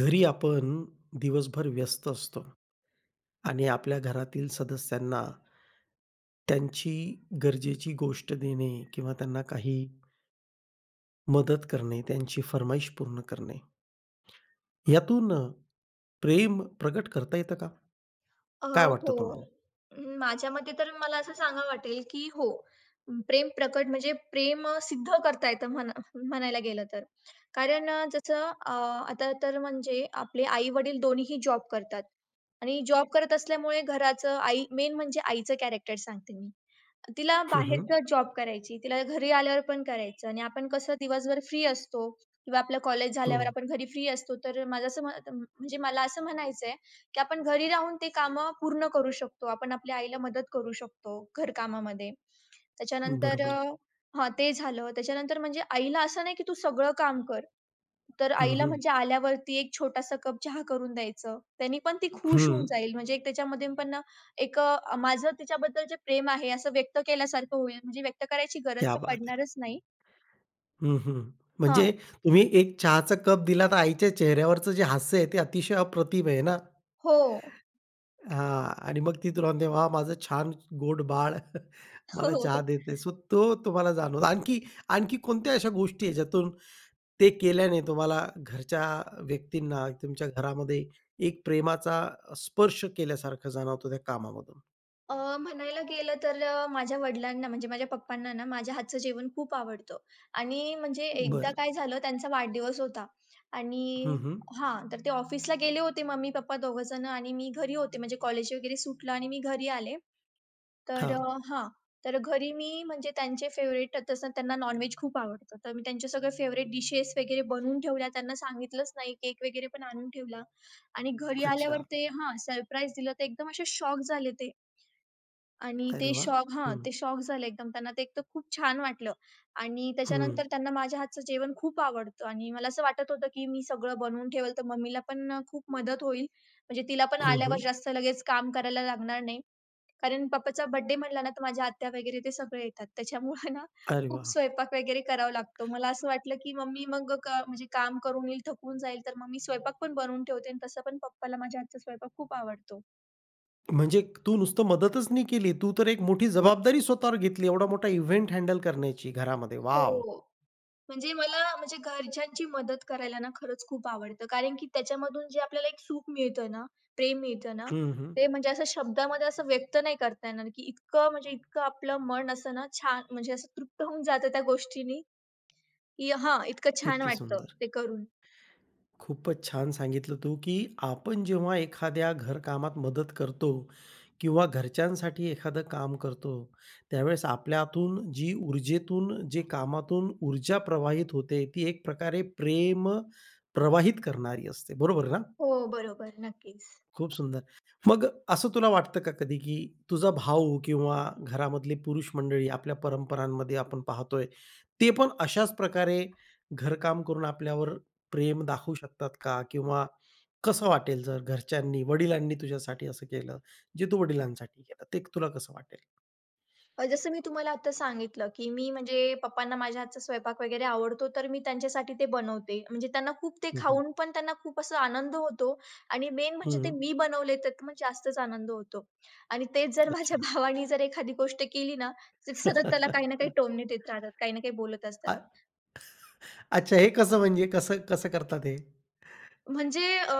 घरी आपण दिवसभर व्यस्त असतो आणि आपल्या घरातील सदस्यांना त्यांची गरजेची गोष्ट देणे किंवा त्यांना काही मदत करणे, त्यांची फर्माईश पूर्ण करणे, यातून प्रेम प्रकट करता येतं का? काय हो. वाटतं तुम्हाला? माझ्या मते तर मला असं सांगावं वाटेल, की हो, प्रेम प्रकट म्हणजे प्रेम सिद्ध करता येतं म्हणा म्हणायला गेलं तर. कारण जसं आता तर म्हणजे आपले आई-वडील दोन्हीही जॉब करतात आणि जॉब करत असल्यामुळे घराचं आई मेन म्हणजे आईचं कॅरेक्टर सांगते मी. तिला हं, हं. बाहेरचा जॉब करायची, तिला घरी आल्यावर पण करायचं आणि आपण कसं दिवसभर फ्री असतो किंवा आपलं कॉलेज हो. झाल्यावर आपण घरी फ्री असतो. तर माझं असं म्हणजे मला असं म्हणायचंय, की आपण घरी राहून ते काम पूर्ण करू शकतो. आपण आपल्या आईला मदत करू शकतो घरकामामध्ये. त्याच्यानंतर बरोबर. हां, ते झालं. त्याच्यानंतर म्हणजे आईला असं नाही की तू सगळं काम कर. तर हं, आईला हं. म्हणजे आल्यावरती एक छोटासा कप चहा करून द्यायचं. त्यानी पण ती खुश होऊन हं. जाईल. म्हणजे एक त्याच्यामध्ये पण ना एक माझं तिच्याबद्दल जे प्रेम आहे असं व्यक्त केल्यासारखं होईल. म्हणजे व्यक्त करायची गरज क्या तर बात है! पडणारच नाही. हं, हं. म्हणजे हां. तुम्ही एक चहाचा कप दिला तर आईच्या चेहऱ्यावरचं जे हास्य आहे ते अतिशय अप्रतिम आहे ना? हो. हां. आणि मग ती तुला म्हणते, "वाह! माझं छान गोड बाळ हो, मला हो, चहा हो. देते." सो तो तुम्हाला जाणवतो. आणखी आणखी कोणत्या अशा गोष्टी आहे ज्यातून ते केल्याने तुम्हाला घरच्या व्यक्तींना तुमच्या घरामध्ये एक प्रेमाचा स्पर्श केल्यासारखं जाणवतो त्या कामामधून? म्हणायला गेलं तर माझ्या वडिलांना म्हणजे माझ्या पप्पांना ना माझ्या हातचं जेवण खूप आवडतं आणि म्हणजे एकदा बरं. काय झालं त्यांचा वाढदिवस होता आणि हं, हं. हां, तर ते ऑफिसला गेले होते मम्मी-पप्पा दोघंजण आणि मी घरी होते म्हणजे कॉलेज वगैरे सुटलं आणि मी घरी आले. तर हां. हां, तर घरी मी म्हणजे त्यांचे फेव्हरेट तसं त्यांना नॉनव्हेज खूप आवडतं. तर मी त्यांचे सगळे फेव्हरेट डिशेस वगैरे बनवून ठेवल्या. त्यांना सांगितलंच नाही. केक वगैरे पण आणून ठेवला आणि घरी आल्यावर अच्छा. ते हां, सरप्राईज दिलं. तर एकदम असे शॉक झाले ते. आणि अरे वाह! हं, ते शॉक झाले एकदम. त्यांना ते एकतर खूप छान वाटलं आणि हं. त्याच्यानंतर त्यांना माझ्या हातचं जेवण खूप आवडतं आणि मला असं वाटत होतं, की मी सगळं बनवून ठेवेल, तर मम्मीला पण खूप मदत होईल. म्हणजे तिला पण हं, आल्यावर हं. जास्त लगेच काम करायला लागणार नाही. कारण पप्पाचा बर्थडे म्हटला ना, तर माझ्या आत्या वगैरे ते सगळे येतात. त्याच्यामुळे ना अरे खूप वाह! स्वयंपाक वगैरे करावा लागतो. मला असं वाटलं, की मम्मी मग म्हणजे काम करून येईल, थकून जाईल, तर मग स्वयंपाक पण बनवून ठेवते आणि तसं पण पप्पाला माझ्या हातचा स्वयंपाक खूप आवडतो. म्हणजे तू नुसतं मदतच नाही केली, तू तर एक मोठी जबाबदारी स्वतःवर घेतली एवढा मोठा इव्हेंट हँडल करण्याची घरामध्ये. वॉव! हो. म्हणजे मला म्हणजे घरच्यांची मदत करायला ना खरंच खूप आवडतं. कारण की त्याच्यामधून जे आपल्याला एक सुख मिळतं ना, प्रेम मिळतं ना, हं, हं. ते म्हणजे असं शब्दामध्ये असं व्यक्त नाही करता येणार, की इतकं म्हणजे इतकं आपलं मन असं ना छान म्हणजे असं तृप्त होऊन जातं त्या गोष्टीनी, की हां, इतकं छान किती वाटतं सुंदर. ते करून. खूपच छान सांगितलं तू, की आपण जेव्हा एखाद्या घरकामात मदत करतो किंवा घरच्यांसाठी एखादं काम करतो, त्यावेळेस आपल्यातून जी ऊर्जेतून, जे कामातून ऊर्जा प्रवाहित होते, ती एक प्रकारे प्रेम प्रवाहित करणारी असते. बरोबर ना? हो, बरोबर. नक्कीच. खूप सुंदर. मग असं तुला वाटतं का कधी, की तुझा भाऊ किंवा घरामधली पुरुष मंडळी आपल्या परंपरांमध्ये आपण पाहतोय, ते पण अशाच प्रकारे घरकाम करून आपल्यावर प्रेम दाखवू शकतात का? किंवा कसं वाटेल जर घरच्यांनी, वडिलांनी तुझ्यासाठी असं केलं, जे तू वडिलांसाठी केलं, ते तुला कसं वाटेल? जसं मी तुम्हाला आता सांगितलं, की मी म्हणजे पप्पांना माझ्या हातचा स्वयंपाक वगैरे आवडतो, तर मी त्यांच्यासाठी ते बनवते. म्हणजे त्यांना खूप ते हं, हं. खाऊन पण त्यांना खूप असा आनंद होतो आणि मेन म्हणजे ते मी बनवले तर मग जास्तच आनंद होतो. आणि तेच जर माझ्या अच्छा. भावाने जर एखादी गोष्ट केली ना, तर ते सतत त्याला काही ना काही टोमणे देत राहतात, काही ना काही बोलत असतात. अ अच्छा हे कसं म्हणजे कसं कसं करतात हे? म्हणजे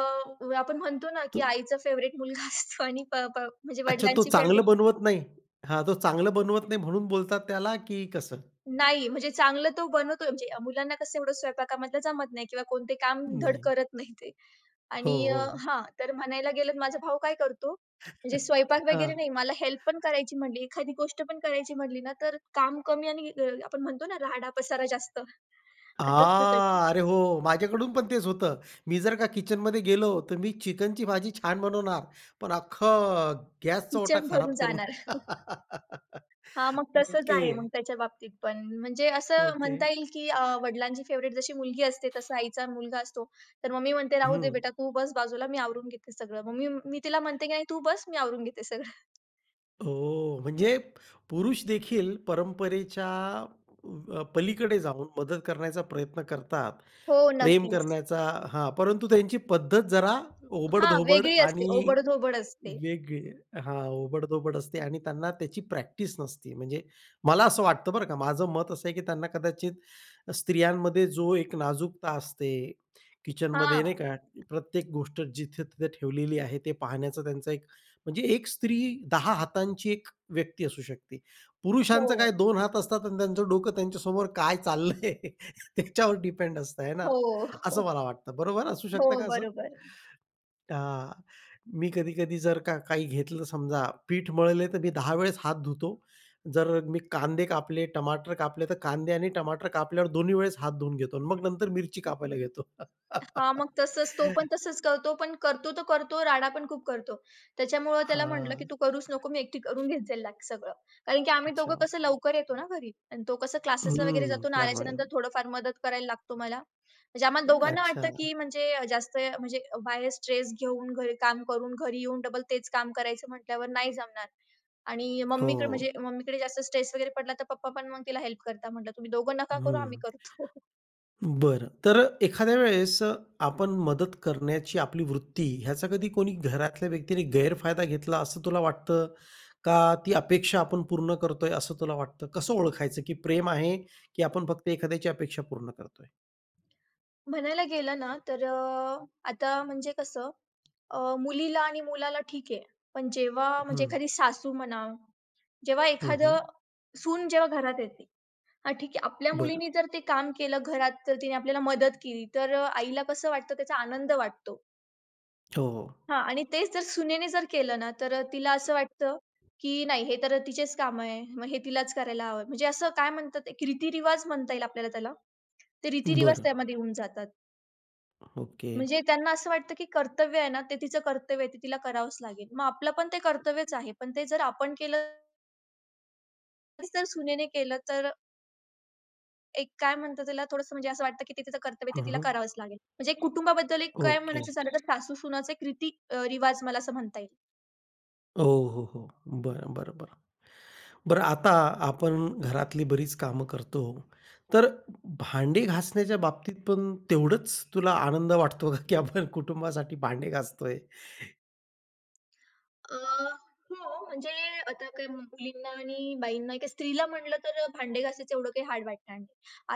आपण म्हणतो ना, की आईचा फेव्हरेट मुलगा असतो आणि प प म्हणजे अच्छा, तो वडिलांची चांगलं फेव्हरेट बनवत नाही. हां, तो चांगलं बनवत नाही म्हणून बोलतात त्याला, की कसं? नाही, म्हणजे चांगलं तो बनवतोय म्हणजे मुलांना कसं एवढं स्वयंपाकामधलं जमत नाही किंवा कोणते काम धड नाही. करत नाही ते. हो, आणि हो. हां, तर म्हणायला गेलं तर माझा भाऊ काय करतो, म्हणजे स्वयंपाक वगैरे हां. नाही मला हेल्प पण करायची म्हटली, एखादी गोष्ट पण करायची म्हटली ना, तर काम कमी आणि आपण म्हणतो ना राहाडा पसारा जास्त असं असतं त्याचं. हां, अरे हो, माझ्याकडून पण तेच होतं. मी जर का किचनमध्ये गेलो, तर मी चिकनची भाजी छान बनवणार, पण अख्खं गॅसचा ओटा किचन खराब भरून करून. जाणार. हां, मग तसंच ओके, आहे मग त्याच्या बाबतीत पण. म्हणजे असं ओके. म्हणता येईल, की वडिलांची फेव्हरेट जशी मुलगी असते, तसा आईचा मुलगा असतो. तर मम्मी म्हणते, "राहू दे हं. बेटा, तू बस बाजूला, मी आवरून घेते सगळं." मग मी तिला म्हणते, की "नाही, तू बस, मी आवरून घेते सगळं." ओह! म्हणजे पुरुष देखील परंपरेच्या पलीकडे जाऊन मदत करण्याचा प्रयत्न करतात. हो, प्रेम नक्कीच. करण्याचा हां, परंतु त्यांची पद्धत जरा हां, ओबड-धोबड वेगळी असते, आणि ओबड-धोबड असते. वेगळी हां, ओबड असते आणि त्यांना त्याची प्रॅक्टिस नसते. म्हणजे मला असं वाटतं बरं का, माझं मत असं आहे, की त्यांना कदाचित स्त्रियांमध्ये जो एक नाजूकता असते, किचनमध्ये हां. नाही का, प्रत्येक गोष्ट जिथे-तिथे ठेवलेली आहे, ते पाहण्याचा त्यांचा एक म्हणजे एक स्त्री 10 हातांची एक व्यक्ती असू शकते. हो. पुरुषांचं काय 2 हात असतात आणि त्यांचं डोकं त्यांच्यासमोर काय चाललंय त्याच्यावर डिपेंड असतं आहे ना, हो, असं हो. मला वाटतं. बरोबर असू हो, शकतं का असं? बरोबर. हां. मी कधी-कधी जर का काही घेतलं समजा, पीठ मळले तर मी 10 वेळेस हात धुतो. जर मी कांदे कापले, टमाटर कापले, तर कांदे आणि टमाटर कापल्यावर दोन्ही वेळेस हात धुवून घेतो आणि मग नंतर मिरची कापायला घेतो. हां, मग तसंच तो पण तसंच करतो, पण करतो तर करतो, राडा पण खूप करतो. त्याच्यामुळं त्याला म्हटलं, की हां. "तू करूच नको, मी एकटी करून घेत जाईल लाग सगळं." कारण की आम्ही दोघं अच्छा. कसं लवकर येतो ना घरी आणि तो कसं क्लासेसला वगैरे हं. जातो आणि त्यामुळे. आल्याच्यानंतर थोडंफार मदत करायला लागतो मला. म्हणजे आम्हाला दोघांना वाटतं, अच्छा. की म्हणजे जास्त म्हणजे बाहेर स्ट्रेस घेऊन घरी काम करून घरी येऊन डबल तेच काम करायचं म्हटल्यावर नाही जमणार. आणि हो. मम्मीकडे जास्त स्ट्रेस वगैरे पडला तर पप्पा पण मग तिला हेल्प करतात. म्हटलं, "तुम्ही दोघं नका करू, हं. आम्ही करतो." बरं. तर एखाद्या वेळेस आपण मदत करण्याची आपली वृत्ती ह्याचा कधी कोणी घरातल्या व्यक्तीने गैरफायदा घेतला असं तुला वाटतं? का ती अपेक्षा आपण पूर्ण करतोय असं तुला वाटतं? कसं ओळखायचं की प्रेम आहे की आपण फक्त एखाद्याची अपेक्षा पूर्ण करतोय? म्हणायला गेलं ना तर आता म्हणजे कसं मुलीला आणि मुलाला ठीक आहे. पण जेव्हा म्हणजे हं. एखादी सासू म्हणा, जेव्हा हं, हं. एखादं सून जेव्हा घरात येते, हां, ठीक आहे. आपल्या बरं. मुलीने जर ते काम केलं घरात, तर तिने आपल्याला मदत केली, तर आईला कसं वाटतं त्याचा आनंद वाटतो. हो, हो. हां आणि तेच जर सुनेने जर केलं ना, तर तिला असं वाटतं, की नाही हे तर तिचेच काम आहे. मग हे तिलाच करायला हवं. म्हणजे असं काय म्हणतात एक रीतिरिवाज म्हणता येईल आपल्याला त्याला. ते रीतिरिवाज बरं. त्यामध्ये येऊन जातात. ओके. म्हणजे त्यांना असं वाटतं, की कर्तव्य आहे ना, ते तिचं कर्तव्य आहे, ते तिला करावंच लागेल. मग आपलं पण ते कर्तव्यच आहे. पण ते जर आपण केलं जर सुनेने केलं, तर एक काय म्हणतात त्याला थोडंसं म्हणजे असं वाटतं, की ते तिचं कर्तव्य आहे, ते हं, तिला हं. करावंच लागेल. म्हणजे कुटुंबाबद्दल एक काय ओके. म्हणायचं झालं तर सासू-सुनाचं एक रिवाज मला असं म्हणता येईल. हो, हो, हो. बरं, बरं, बरं. बरं आता आपण घरातली बरीच कामं करतो. तर भांडी घासण्याच्या बाबतीत पण तेवढंच तुला आनंद वाटतो का, की आपण कुटुंबासाठी भांडे घासतोय? अ, हो, म्हणजे आता काय मुलींना आणि बाईंना काय स्त्रीला म्हटलं तर भांडे घासायचं एवढं काही हार्ड वाटणार नाही.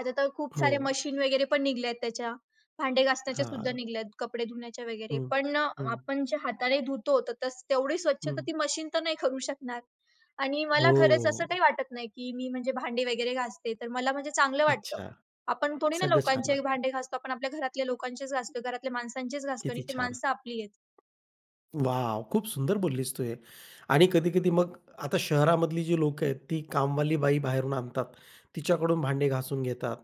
आता तर खूप हो. साऱ्या मशीन वगैरे पण निघल्या आहेत त्याच्या. भांडे घासण्याच्या सुद्धा हां. निघल्यात, कपडे धुण्याच्या वगैरे. हं. पण हं. आपण जे हाताने धुतो तर तस तेवढी स्वच्छता हं. ती मशीन तर नाही करू शकणार. आणि मला हो. खरंच असं काही वाटत नाही, की मी म्हणजे भांडी वगैरे घासते तर मला म्हणजे चांगलं वाटतं. अच्छा. आपण थोडी ना सगळं छान लोकांचे वाटतं. भांडे घासतो, आपण आपल्या घरातल्या लोकांचेच घासतो, घरातल्या माणसांचेच घासतो आणि किती ते छान. माणसं आपली आहेत. वाव, खूप सुंदर बोललीस तू हे. आणि कधी-कधी मग आता शहरामधली जी लोकं आहेत, ती कामवाली बाई बाहेरून आणतात. तिच्याकडून भांडे घासून घेतात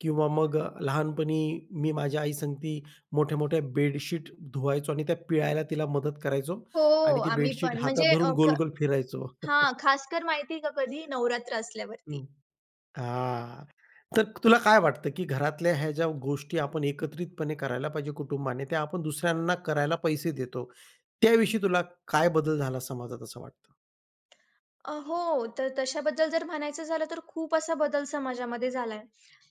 किंवा मग लहानपणी मी माझ्या आई सांगती मोठ्या-मोठ्या बेडशीट धुवायचो आणि त्या पिळायला तिला मदत करायचो हो, आणि ती आम्ही बेडशीट पण हातात म्हणजे धरून गोल-गोल फिरायचो. हां, खासकर माहिती आहे का कधी? नवरात्र असल्यावरती. हं. हां. तर तुला काय वाटतं, की घरातल्या ह्या ज्या गोष्टी आपण एकत्रितपणे करायला पाहिजे कुटुंबाने, त्या आपण दुसऱ्यांना करायला पैसे देतो. त्याविषयी तुला काय बदल झाला समाजात असं वाटतं? हो. तर तशाबद्दल जर म्हणायचं झालं तर खूप असा बदल समाजामध्ये झालाय.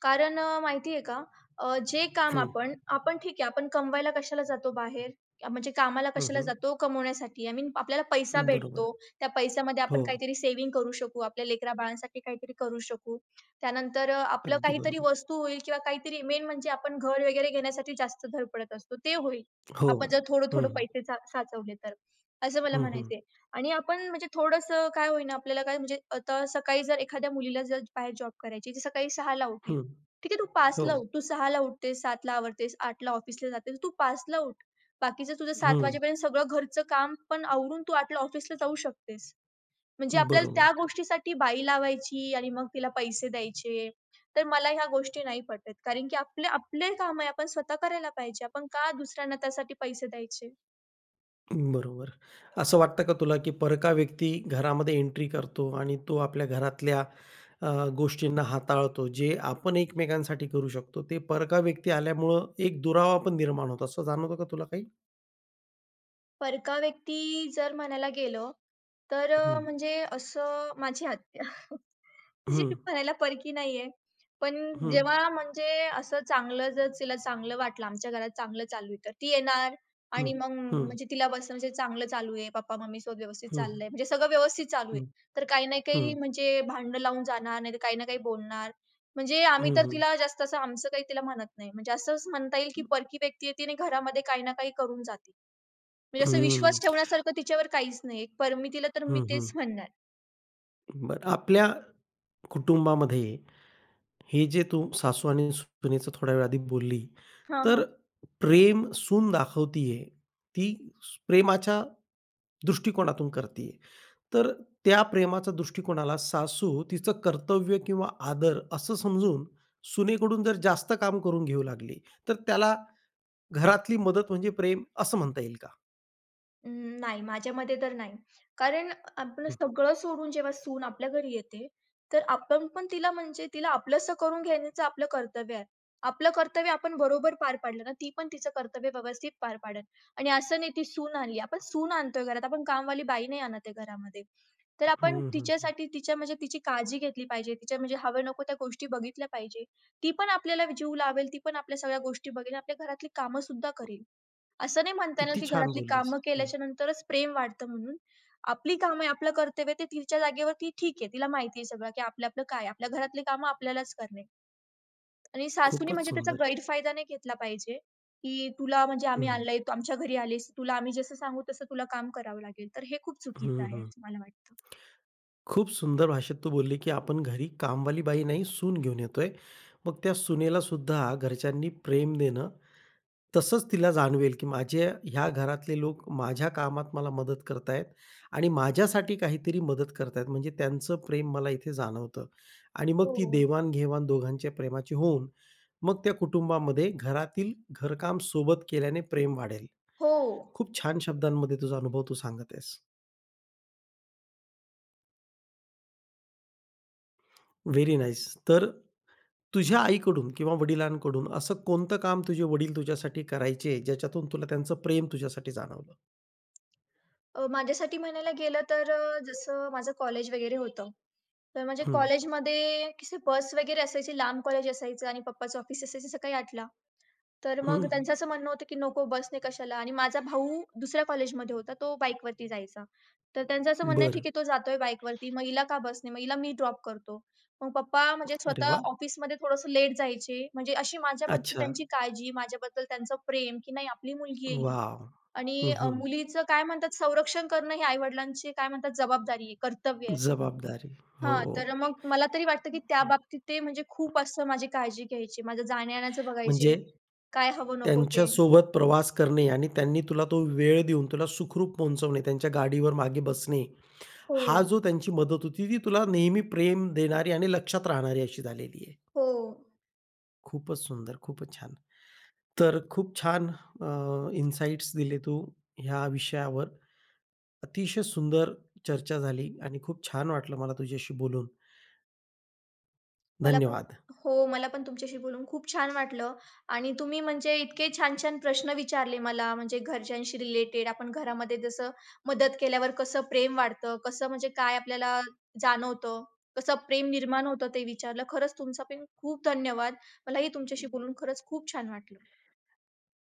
कारण माहिती आहे का जे काम हं, आपण आपण ठीक आहे आपण कमवायला कशाला जातो बाहेर? म्हणजे कामाला हं, कशाला हं. जातो? कमवण्यासाठी. आय मीन आपल्याला पैसा बरोबर. भेटतो. त्या पैशामध्ये आपण हो, काहीतरी सेव्हिंग करू शकू. आपल्या लेकरा-बाळांसाठी काहीतरी करू शकू. त्यानंतर आपलं अगदी काहीतरी बरोबर. वस्तू होईल किंवा काहीतरी मेन म्हणजे आपण घर वगैरे घेण्यासाठी जास्त धडपडत असतो. ते होईल. हो. आपण जर थोडं-थोडं हं, पैसे साचवले तर. असं मला हं, हं, म्हणायचंय. आणि आपण म्हणजे थोडंसं काय होईना आपल्याला काय म्हणजे आता सकाळी जर एखाद्या मुलीला जर बाहेर जॉब करायची, ती सकाळी 6:00ला उठली. हं. ठीक आहे, तू हो. 5:00ला उठ. तू 6:00ला उठतेस, 7:00ला आवरतेस, 8:00ला ऑफिसला जातेस. तू 5:00ला उठ. बाकीचं तुझं 7:00 हं. वाजेपर्यंत सगळं घरचं काम पण आवरून तू 8:00ला ऑफिसला जाऊ शकतेस. म्हणजे आपल्याला बरोबर, त्या गोष्टीसाठी बाई लावायची आणि मग तिला पैसे द्यायचे. तर मला ह्या गोष्टी नाही पटत. कारण की आपले आपले काम आहे, आपण स्वतः करायला पाहिजे. आपण का दुसऱ्यांना त्यासाठी पैसे द्यायचे? बरोबर. असं वाटतं का तुला, की परका व्यक्ती घरामध्ये एंट्री करतो आणि तो आपल्या घरातल्या अ, गोष्टींना हाताळतो, जे आपण एकमेकांसाठी करू शकतो, ते परका व्यक्ती आल्यामुळं एक दुरावा पण निर्माण होतो, असं जाणवतं का तुला काही? परका व्यक्ती जर म्हणायला गेलो, तर हं, म्हणजे असं माझी आत्या. तशी हं, ती म्हणायला परकी नाहीये. पण हं, जेव्हा म्हणजे असं चांगलं जर तिला चांगलं वाटलं, आमच्या घरात चांगलं चालू आहे, तर ती येणार हं, आणि मग हं, म्हणजे तिला बस म्हणजे चांगलं चालू आहे, पप्पा-मम्मीसोबत व्यवस्थित हं, चाललंय, म्हणजे सगळं व्यवस्थित चालू आहे. हं, तर काही ना हं, काही म्हणजे भांडणं लावून जाणार, नाहीतर काही ना काही बोलणार. म्हणजे आम्ही हं, तर हं, तिला जास्त असं आमचं काही तिला म्हणत नाही. म्हणजे असंच म्हणता येईल, की परकी व्यक्ती आहे, तिने घरामध्ये काही ना काही करून जाते. म्हणजे असं विश्वास हं, ठेवण्यासारखं तिच्यावर काहीच नाही. पर मी तिला तर मी हं, हं. तेच म्हणणार. बरं आपल्या कुटुंबामध्ये हे जे तू सासू आणि सुनेचं थोड्या वेळ आधी बोलली, हां, तर हां. प्रेम सून दाखवतीये, ती प्रेमाच्या दृष्टिकोनातून करतीये. तर त्या प्रेमाच्या दृष्टिकोनाला सासू तिचं कर्तव्य किंवा आदर असं समजून सुनेकडून जर जास्त काम करून घेऊ लागली, तर त्याला घरातली मदत म्हणजे प्रेम असं म्हणता येईल का? अं, नाही माझ्या मते तर नाही. कारण आपण हं, सगळं सोडून जेव्हा सून आपल्या घरी येते, तर आपण पण तिला म्हणजे तिला आपलंसं करून घेण्याचं आपलं कर्तव्य आहे. आपलं कर्तव्य आपण बरोबर पार पाडलं ना, ती पण तिचं कर्तव्य व्यवस्थित पार पाडेल आणि असं नाही ती सून आणली. आपण सून आणतोय घरात, आपण कामवाली बाई नाही आणत आहे घरामध्ये. तर हं, आपण हं, हं. तिच्यासाठी तिच्या म्हणजे तिची काळजी घेतली पाहिजे. तिच्या म्हणजे हव्या-नको त्या गोष्टी बघितल्या पाहिजे. ती पण आपल्याला जीव लावेल, ती पण आपल्या सगळ्या गोष्टी बघेल, आपल्या घरातली कामंसुद्धा करेल. असं नाही म्हणता येणार, किती की छान घरातली बोललीस. कामं हं. केल्याच्या नंतरच प्रेम वाढतं म्हणून. आपली कामं आहे, आपलं कर्तव्य आहे, ते तिच्या जागेवर ती ठीक आहे. तिला माहिती आहे सगळं, की आपलं आपलं काय आहे. आपल्या घरातली कामं आपल्यालाच करणे. आणि सासूने खूपच म्हणजे त्याचा सुंदर. गैरफायदा नाही घेतला पाहिजे, की तुला म्हणजे आम्ही हं, आणलंय, तू आमच्या घरी आलीस, तुला आम्ही जसं सांगू तसं तुला काम करावं लागेल. तर हे खूप चुकीचं हं, आहे, हं. असं मला वाटतं. खूप सुंदर भाषेत तू बोलली, की आपण घरी कामवाली बाई नाही, सून घेऊन येतोय. मग त्या सुनेला सुद्धा घरच्यांनी प्रेम देणं, तसंच तिला जाणवेल, की माझे ह्या घरातले लोक माझ्या कामात मला मदत करतायत आणि माझ्यासाठी काहीतरी मदत करतायत. म्हणजे त्यांचं प्रेम मला इथे जाणवतं आणि मग हो. ती देवाण दोघांच्या प्रेमाची होऊन, मग त्या कुटुंबामध्ये घरातील घरकाम सोबत केल्याने प्रेम वाढेल. हो. खूप छान शब्दांमध्ये तुझा अनुभव तू सांगत आहेस. Very nice. तर तुझ्या आईकडून किंवा वडिलांकडून असं कोणतं काम तुझे वडील तुझ्यासाठी करायचे, ज्याच्यातून तुला त्यांचं प्रेम तुझ्यासाठी जाणवलं? माझ्यासाठी म्हणायला गेलं तर जसं माझं कॉलेज वगैरे होतं. तर म्हणजे हं, कॉलेजमध्ये कशी बस वगैरे असायची, लांब कॉलेज असायचं आणि पप्पाचं ऑफिस असायचं सकाळी 8:00ला. तर हं. मग त्यांचं असं म्हणणं होतं, की "नको बसने कशाला" आणि माझा भाऊ दुसऱ्या कॉलेजमध्ये होता, तो बाईकवरती जायचा. तर त्यांचं असं म्हणणं आहे, बरं. "ठीक आहे, तो जातोय बाईकवरती, मग हिला का बसने? मग हिला मी ड्रॉप करतो." मग पप्पा म्हणजे अरे स्वतः वाह! ऑफिसमध्ये थोडंसं लेट जायचे. म्हणजे अशी माझ्याबद्दल अच्छा. त्यांची काळजी, माझ्याबद्दल त्यांचं प्रेम, की नाही आपली मुलगी आहे ही. वॉव! आणि हं, हं. मुलीचं काय म्हणतात संरक्षण करणं ही आई-वडिलांची काय म्हणतात जबाबदारी आहे, कर्तव्य आहे. जबाबदारी. हो. हां, तर मग मला तरी वाटतं, की त्या वॉव! बाबतीत ते म्हणजे खूप असं माझी काळजी घ्यायचे. माझं जाण्या-येण्याचं बघायचे. म्हणजे काय हवं नको ते. त्यांच्यासोबत प्रवास करणे आणि त्यांनी तुला तो वेळ देऊन तुला सुखरूप पोहोचवणे, त्यांच्या गाडीवर मागे बसणे, हा हो, जो त्यांची मदत होती, ती तुला नेहमी प्रेम देणारी आणि लक्षात राहणारी अशी झालेली आहे. हो. खूपच सुंदर, खूपच छान. तर खूप छान इन्साइट्स दिले तू ह्या विषयावर. अतिशय सुंदर चर्चा झाली आणि खूप छान वाटलं मला तुझ्याशी बोलून. मला पण धन्यवाद, हो, मला पण तुमच्याशी बोलून खूप छान वाटलं आणि तुम्ही म्हणजे इतके छान-छान प्रश्न विचारले मला म्हणजे घरच्यांशी रिलेटेड आपण घरामध्ये जसं मदत केल्यावर कसं प्रेम वाढतं, कसं म्हणजे काय आपल्याला जाणवतं, कसं प्रेम निर्माण होतं ते विचारलं. खरंच तुमचा पण खूप धन्यवाद. मलाही तुमच्याशी बोलून खरंच खूप छान वाटलं.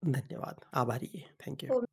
धन्यवाद. आभारी आहे. Thank you. हो.